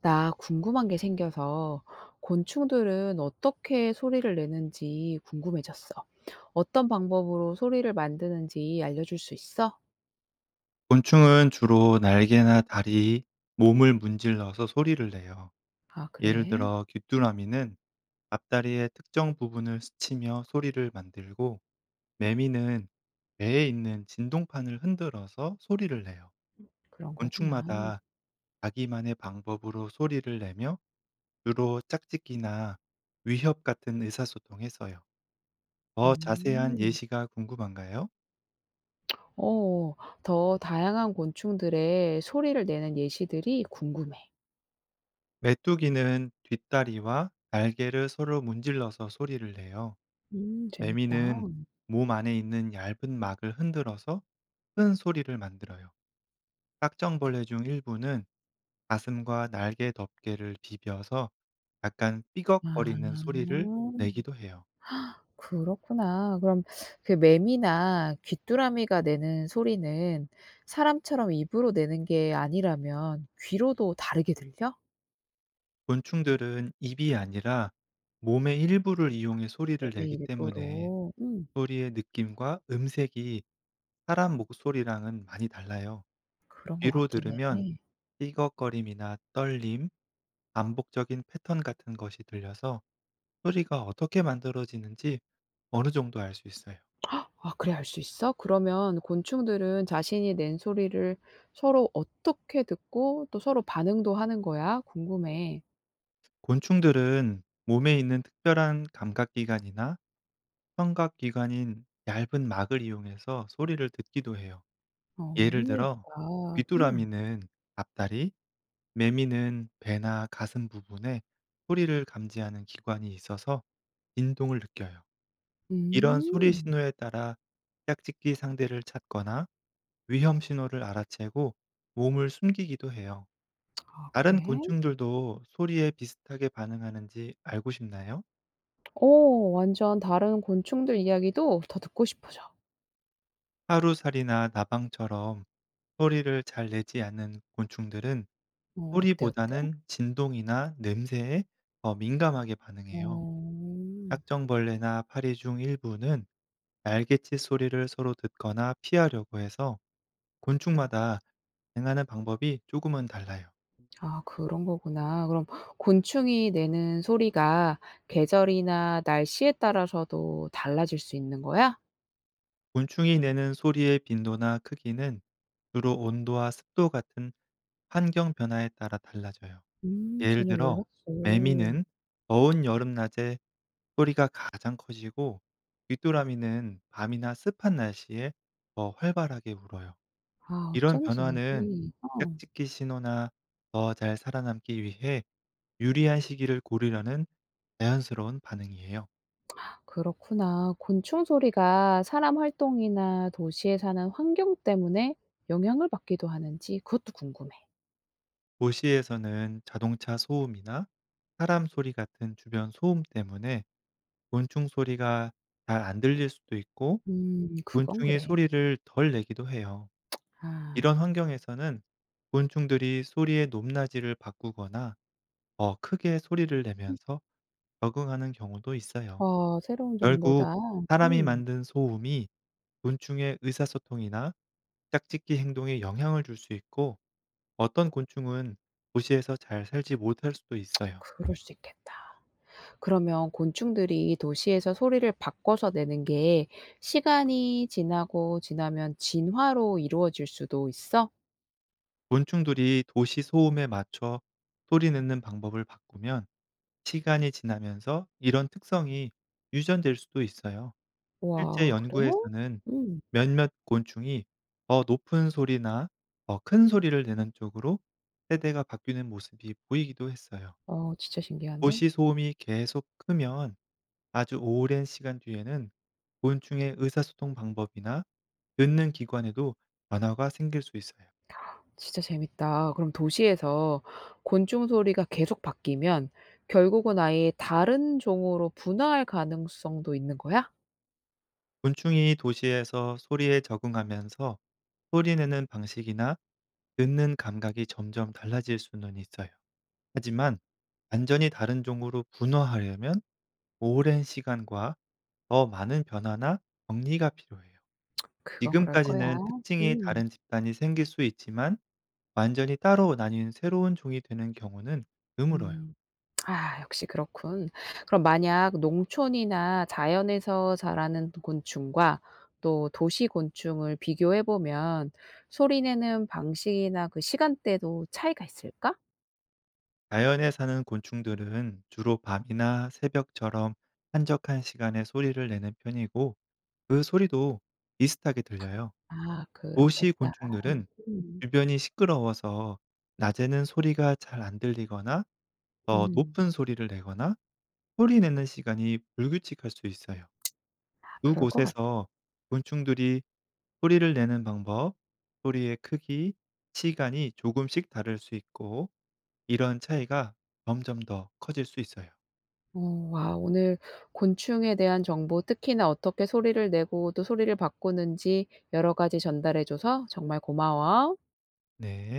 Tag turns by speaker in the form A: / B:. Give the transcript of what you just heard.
A: 나 궁금한 게 생겨서 곤충들은 어떻게 소리를 내는지 궁금해졌어. 어떤 방법으로 소리를 만드는지 알려줄 수 있어?
B: 곤충은 주로 날개나 다리, 몸을 문질러서 소리를 내요.
A: 아,
B: 예를
A: 그래.
B: 들어 귀뚜라미는 앞다리의 특정 부분을 스치며 소리를 만들고, 매미는 배에 있는 진동판을 흔들어서 소리를 내요.
A: 그런 거구나.
B: 곤충마다 자기만의 방법으로 소리를 내며, 주로 짝짓기나 위협 같은 의사소통에 써요. 더 자세한
A: 음.
B: 예시가 궁금한가요?
A: 어, 더 다양한 곤충들의 소리를 내는 예시들이 궁금해.
B: 메뚜기는 뒷다리와 날개를 서로 문질러서 소리를 내요.
A: 재밌다.
B: 매미는 몸 안에 있는 얇은 막을 흔들어서 큰 소리를 만들어요. 깍정벌레 중 일부는 가슴과 날개 덮개를 비벼서 약간
A: 아.
B: 삐걱거리는 소리를 내기도 해요.
A: 그렇구나. 그럼 그 매미나 귀뚜라미가 내는 소리는 사람처럼 입으로 내는 게 아니라면 귀로도 다르게 들려?
B: 곤충들은 입이 아니라 몸의 일부를 이용해 소리를
A: 몸의
B: 내기 때문에,
A: 일부로. 음.
B: 소리의 느낌과 음색이 사람 목소리랑은 많이 달라요.
A: 그런 것
B: 귀로
A: 같긴 해.
B: 들으면 삐걱거림이나 떨림, 반복적인 패턴 같은 것이 들려서 소리가 어떻게 만들어지는지 어느 정도 알 수 있어요.
A: 아 그래 알 수 있어? 그러면 곤충들은 자신이 낸 소리를 서로 어떻게 듣고 또 서로 반응도 하는 거야? 궁금해.
B: 곤충들은 몸에 있는 특별한 감각기관이나 청각기관인 얇은 막을 이용해서 소리를 듣기도 해요.
A: 어,
B: 예를 들어,
A: 흥미롭다. 음.
B: 귀뚜라미는 앞다리, 매미는 배나 가슴 부분에 소리를 감지하는 기관이 있어서 진동을 느껴요. 이런 소리
A: 음.
B: 신호에 따라 짝짓기 상대를 찾거나 위험 신호를 알아채고 몸을 숨기기도 해요.
A: 아 그래?
B: 다른 곤충들도 소리에 비슷하게 반응하는지 알고 싶나요?
A: 오 완전 다른 곤충들 이야기도 더 듣고 싶어져.
B: 하루살이나 나방처럼 소리를 잘 내지 않는 곤충들은
A: 어 어때, 어때?
B: 소리보다는 진동이나 냄새에 더 민감하게 반응해요.
A: 어.
B: 딱정벌레나 파리 중 일부는 날개짓 소리를 서로 듣거나 피하려고 해서, 곤충마다 행하는 방법이 조금은 달라요.
A: 아 그런 거구나. 그럼 곤충이 내는 소리가 계절이나 날씨에 따라서도 달라질 수 있는 거야?
B: 곤충이 내는 소리의 빈도나 크기는 주로 온도와 습도 같은 환경 변화에 따라 달라져요.
A: 음,
B: 예를
A: 전혀
B: 들어,
A: 몰랐어.
B: 매미는 더운 여름낮에 소리가 가장 커지고, 귀뚜라미는 밤이나 습한 날씨에 더 활발하게 울어요.
A: 아
B: 이런
A: 어쩐지.
B: 변화는
A: 어.
B: 짝짓기 신호나 더 잘 살아남기 위해 유리한 시기를 고르려는 자연스러운 반응이에요.
A: 그렇구나. 곤충 소리가 사람 활동이나 도시에 사는 환경 때문에 영향을 받기도 하는지 그것도 궁금해.
B: 도시에서는 자동차 소음이나 사람 소리 같은 주변 소음 때문에 곤충 소리가 잘 안 들릴 수도 있고,
A: 그건
B: 곤충이
A: 그래.
B: 소리를 덜 내기도 해요. 이런
A: 아.
B: 환경에서는 곤충들이 소리의 높낮이를 바꾸거나 더 크게 소리를 내면서 적응하는 경우도 있어요.
A: 와 새로운
B: 결국
A: 정보다.
B: 사람이
A: 음,
B: 만든 소음이 곤충의 의사소통이나 짝짓기 행동에 영향을 줄 수 있고, 어떤 곤충은 도시에서 잘 살지 못할 수도 있어요.
A: 그럴 수 있겠다. 그러면 곤충들이 도시에서 소리를 바꿔서 내는 게 시간이 지나고 지나면 진화로 이루어질 수도 있어?
B: 곤충들이 도시 소음에 맞춰 소리 내는 방법을 바꾸면, 시간이 지나면서 이런 특성이 유전될 수도 있어요. 실제
A: 와, 그래?
B: 연구에서는
A: 음.
B: 몇몇 곤충이 더 높은 소리나 더 큰 소리를 내는 쪽으로 세대가 바뀌는 모습이 보이기도 했어요.
A: 어, 진짜 신기한데?
B: 도시 소음이 계속 크면 아주 오랜 시간 뒤에는 곤충의 의사소통 방법이나 듣는 기관에도 변화가 생길 수 있어요.
A: 진짜 재밌다. 그럼 도시에서 곤충 소리가 계속 바뀌면 결국은 아예 다른 종으로 분화할 가능성도 있는 거야?
B: 곤충이 도시에서 소리에 적응하면서 소리 내는 방식이나 듣는 감각이 점점 달라질 수는 있어요. 하지만 완전히 다른 종으로 분화하려면 오랜 시간과 더 많은 변화나 정리가 필요해요.
A: 그건 그럴 거야.
B: 지금까지는 특징이
A: 음.
B: 다른 집단이 생길 수 있지만, 완전히 따로 나뉜 새로운 종이 되는 경우는 드물어요.
A: 음. 아 역시 그렇군. 그럼 만약 농촌이나 자연에서 자라는 곤충과 또 도시 곤충을 비교해 보면 소리 내는 방식이나 그 시간대도 차이가 있을까?
B: 자연에 사는 곤충들은 주로 밤이나 새벽처럼 한적한 시간에 소리를 내는 편이고, 그 소리도 비슷하게 들려요.
A: 아
B: 도시
A: 그렇겠다.
B: 곤충들은
A: 음.
B: 주변이 시끄러워서 낮에는 소리가 잘 안 들리거나 더
A: 음.
B: 높은 소리를 내거나 소리 내는 시간이 불규칙할 수 있어요.
A: 아
B: 두
A: 그럴 것 같아.
B: 곳에서 곤충들이 소리를 내는 방법, 소리의 크기, 시간이 조금씩 다를 수 있고, 이런 차이가 점점 더 커질 수 있어요.
A: 어 와 오늘 곤충에 대한 정보 특히나 어떻게 소리를 내고 또 소리를 바꾸는지 여러 가지 전달해 줘서 정말 고마워.
B: 네.